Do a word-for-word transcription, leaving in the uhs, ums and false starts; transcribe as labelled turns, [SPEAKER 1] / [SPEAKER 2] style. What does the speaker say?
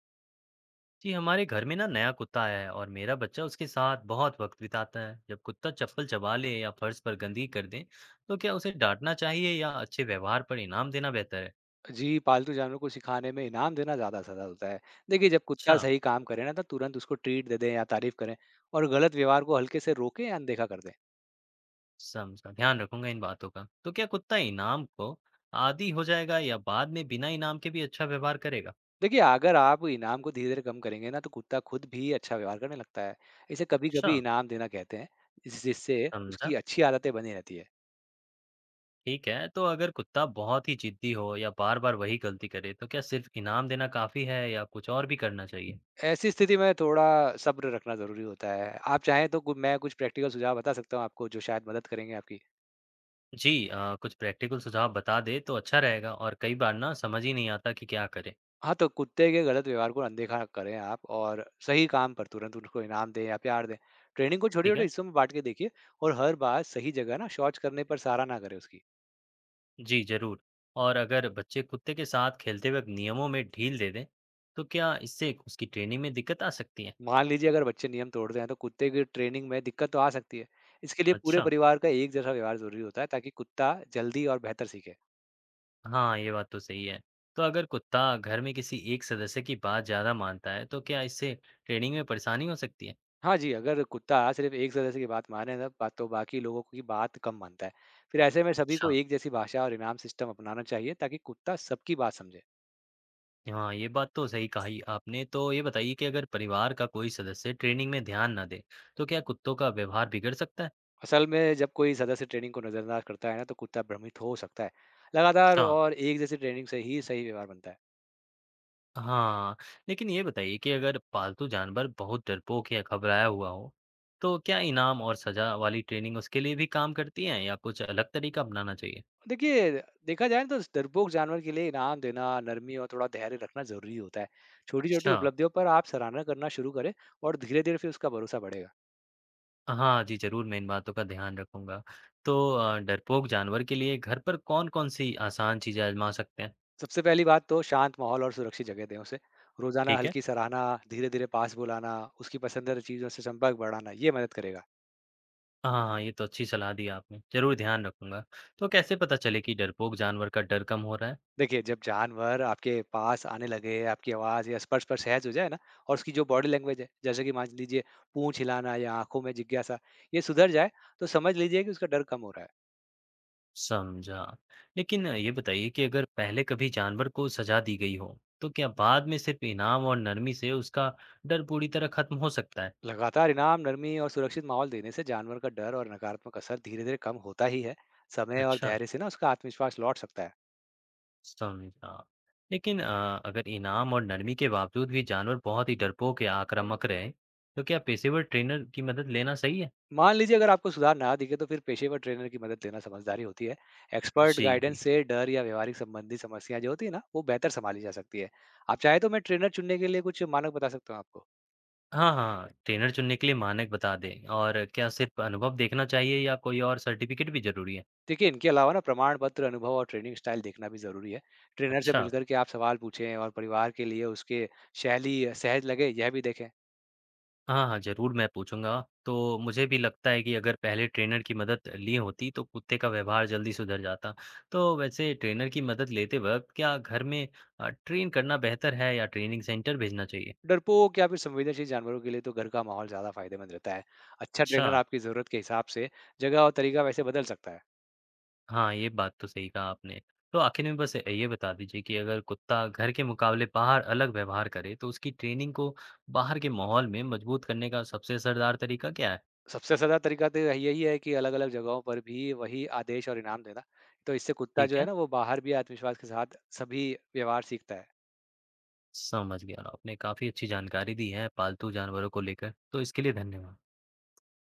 [SPEAKER 1] जी हमारे घर में ना नया कुत्ता आया है और मेरा बच्चा उसके साथ बहुत वक्त बिताता है। जब कुत्ता चप्पल चबा ले या फर्श पर गंदगी कर दे तो क्या उसे डांटना चाहिए या अच्छे व्यवहार पर इनाम देना बेहतर है।
[SPEAKER 2] जी, पालतू जानवर को सिखाने में इनाम देना ज़्यादा सरल होता है। देखिए, जब कुत्ता
[SPEAKER 1] अच्छा,
[SPEAKER 2] सही काम करे ना, तो तुरंत उसको ट्रीट दे दें या तारीफ़ करें और गलत व्यवहार को हल्के से रोकें या अनदेखा कर दें।
[SPEAKER 1] समझा, ध्यान रखूंगा इन बातों का। तो क्या कुत्ता इनाम को आदी हो जाएगा या बाद में बिना इनाम के भी अच्छा व्यवहार करेगा।
[SPEAKER 2] देखिए, अगर आप इनाम को धीरे-धीरे कम करेंगे ना, तो कुत्ता खुद भी अच्छा व्यवहार करने लगता है। इसे कभी-कभी
[SPEAKER 1] अच्छा,
[SPEAKER 2] इनाम देना कहते हैं, जिस जिससे
[SPEAKER 1] समझा।
[SPEAKER 2] उसकी अच्छी आदतें बनी रहती है।
[SPEAKER 1] ठीक है, तो अगर कुत्ता बहुत ही जिद्दी हो या बार बार वही गलती करे तो क्या सिर्फ इनाम देना काफी है या कुछ और भी करना चाहिए।
[SPEAKER 2] ऐसी स्थिति में थोड़ा सब्र रखना ज़रूरी होता है। आप चाहें तो कु मैं कुछ प्रैक्टिकल सुझाव बता सकता हूँ आपको, जो शायद मदद करेंगे आपकी।
[SPEAKER 1] जी, अ, कुछ प्रैक्टिकल सुझाव बता दें तो अच्छा रहेगा। और कई बार ना समझ ही नहीं आता कि क्या करें।
[SPEAKER 2] हाँ, तो कुत्ते के गलत व्यवहार को अनदेखा करें आप और सही काम पर तुरंत उनको इनाम दें या प्यार दें। ट्रेनिंग को
[SPEAKER 1] ठीक
[SPEAKER 2] छोटे-छोटे
[SPEAKER 1] है?
[SPEAKER 2] हिस्सों में बाँट के देखिए और हर बार सही जगह ना शौच करने पर सराहना करें उसकी।
[SPEAKER 1] जी, ज़रूर। और अगर बच्चे कुत्ते के साथ खेलते वक्त नियमों में ढील दे दें, तो क्या इससे उसकी ट्रेनिंग में दिक्कत आ सकती है?
[SPEAKER 2] मान लीजिए अगर बच्चे नियम तोड़ते हैं तो कुत्ते की ट्रेनिंग में दिक्कत तो आ सकती है। इसके लिए पूरे
[SPEAKER 1] अच्छा,
[SPEAKER 2] परिवार का एक जैसा व्यवहार ज़रूरी होता है ताकि कुत्ता जल्दी और बेहतर सीखे।
[SPEAKER 1] हाँ, ये बात तो सही है। तो अगर कुत्ता घर में किसी एक सदस्य की बात ज़्यादा मानता है, तो क्या इससे ट्रेनिंग में परेशानी हो सकती है?
[SPEAKER 2] हाँ जी, अगर कुत्ता सिर्फ़ एक सदस्य की बात माने ना बात तो बाकी लोगों की बात कम मानता है। फिर ऐसे में सभी को
[SPEAKER 1] अच्छा,
[SPEAKER 2] एक जैसी भाषा और इनाम सिस्टम अपनाना चाहिए ताकि कुत्ता सबकी बात समझे।
[SPEAKER 1] हाँ, ये बात तो सही कही आपने। तो ये बताइए कि अगर परिवार का कोई सदस्य ट्रेनिंग में ध्यान ना दे, तो क्या कुत्तों का व्यवहार बिगड़ सकता है?
[SPEAKER 2] असल में जब कोई सदस्य ट्रेनिंग को नजरअंदाज करता है ना तो कुत्ता भ्रमित हो सकता है। लगातार
[SPEAKER 1] अच्छा,
[SPEAKER 2] और एक जैसी ट्रेनिंग से ही सही व्यवहार बनता है।
[SPEAKER 1] हाँ, लेकिन ये बताइए कि अगर पालतू जानवर बहुत डरपोक या घबराया हुआ हो, तो क्या इनाम और सजा वाली ट्रेनिंग उसके लिए भी काम करती है या कुछ अलग तरीका अपनाना चाहिए?
[SPEAKER 2] देखिए, देखा जाए तो डरपोक जानवर के लिए इनाम देना, नरमी और थोड़ा धैर्य रखना जरूरी होता है। छोटी छोटी
[SPEAKER 1] अच्छा,
[SPEAKER 2] उपलब्धियों पर आप सराहना करना शुरू करें और धीरे धीरे फिर उसका भरोसा बढ़ेगा।
[SPEAKER 1] हाँ जी, जरूर मैं इन बातों का ध्यान रखूंगा। तो अ, डरपोक जानवर के लिए घर पर कौन-कौन सी आसान चीजें आजमा सकते हैं?
[SPEAKER 2] सबसे पहली बात तो शांत माहौल और सुरक्षित जगह दें उसे। रोजाना
[SPEAKER 1] ठीक है?
[SPEAKER 2] हल्की सराहना, धीरे धीरे पास बुलाना, उसकी पसंदीदा चीजों से संपर्क बढ़ाना, ये मदद करेगा।
[SPEAKER 1] हाँ, हाँ, ये तो अच्छी सलाह दी आपने, जरूर ध्यान रखूंगा। तो कैसे पता चले कि डरपोक जानवर का डर कम हो रहा है?
[SPEAKER 2] देखिए, जब जानवर आपके पास आने लगे, आपकी आवाज़ या स्पर्श पर सहज हो जाए ना, और उसकी जो बॉडी लैंग्वेज है, जैसे कि मान लीजिए पूँछ हिलाना या आँखों में जिज्ञासा, ये सुधर जाए, तो समझ लीजिए कि उसका डर कम हो रहा है।
[SPEAKER 1] समझा। लेकिन ये बताइए कि अगर पहले कभी जानवर को सज़ा दी गई हो, तो क्या बाद में सिर्फ़ इनाम और नरमी से उसका डर पूरी तरह ख़त्म हो सकता है?
[SPEAKER 2] लगातार इनाम, नरमी और सुरक्षित माहौल देने से जानवर का डर और नकारात्मक असर धीरे-धीरे कम होता ही है। समय और
[SPEAKER 1] अच्छा,
[SPEAKER 2] धैर्य से ना उसका आत्मविश्वास लौट सकता है।
[SPEAKER 1] समझा। लेकिन अ, अगर इनाम और नरमी के बावजूद भी जानवर बहुत ही डरपोक या आक्रामक रहे, तो क्या पेशेवर ट्रेनर की मदद लेना सही है?
[SPEAKER 2] मान लीजिए अगर आपको सुधार ना दिखे तो फिर पेशेवर ट्रेनर की मदद लेना समझदारी होती है। एक्सपर्ट
[SPEAKER 1] जी,
[SPEAKER 2] गाइडेंस
[SPEAKER 1] जी।
[SPEAKER 2] से डर या व्यवहारिक संबंधी समस्याएं जो होती है ना, वो बेहतर संभाली जा सकती है। आप चाहे तो मैं ट्रेनर चुनने के लिए कुछ मानक बता सकता हूँ आपको।
[SPEAKER 1] हाँ, हाँ। ट्रेनर चुनने के लिए मानक बता दें, और क्या सिर्फ़ अनुभव देखना चाहिए या कोई और सर्टिफ़िकेट भी ज़रूरी है?
[SPEAKER 2] देखिए, इनके अलावा ना प्रमाण पत्र, अनुभव और ट्रेनिंग स्टाइल देखना भी जरूरी है। ट्रेनर से
[SPEAKER 1] अच्छा।
[SPEAKER 2] मिलकर के आप सवाल पूछें और परिवार के लिए उसके शैली सहज लगे यह भी देखें।
[SPEAKER 1] हाँ, हाँ, ज़रूर मैं पूछूँगा। तो मुझे भी लगता है कि अगर पहले ट्रेनर की मदद ली होती तो कुत्ते का व्यवहार जल्दी सुधर जाता। तो वैसे ट्रेनर की मदद लेते वक़्त क्या घर में अ, ट्रेन करना बेहतर है या ट्रेनिंग सेंटर भेजना चाहिए?
[SPEAKER 2] डरपोक या फिर संवेदनशील जानवरों के लिए तो घर का माहौल ज्यादा फायदेमंद रहता है। अच्छा
[SPEAKER 1] अच्छा,
[SPEAKER 2] ट्रेनर आपकी जरूरत के हिसाब से जगह और तरीका वैसे बदल सकता है।
[SPEAKER 1] हाँ, ये बात तो सही कहा आपने। तो आखिर में बस ये बता दीजिए कि अगर कुत्ता घर के मुकाबले बाहर अलग व्यवहार करे तो उसकी ट्रेनिंग को बाहर के माहौल में मजबूत करने का सबसे असरदार तरीका क्या है?
[SPEAKER 2] सबसे सदा तरीका तो यही यही है कि अलग-अलग जगहों पर भी वही आदेश और इनाम देना। तो इससे कुत्ता
[SPEAKER 1] ठीक
[SPEAKER 2] जो है
[SPEAKER 1] है।
[SPEAKER 2] ना, वो बाहर भी आत्मविश्वास के साथ सभी व्यवहार सीखता है।
[SPEAKER 1] समझ गया। आपने काफ़ी अच्छी जानकारी दी है पालतू जानवरों को लेकर, तो इसके लिए धन्यवाद।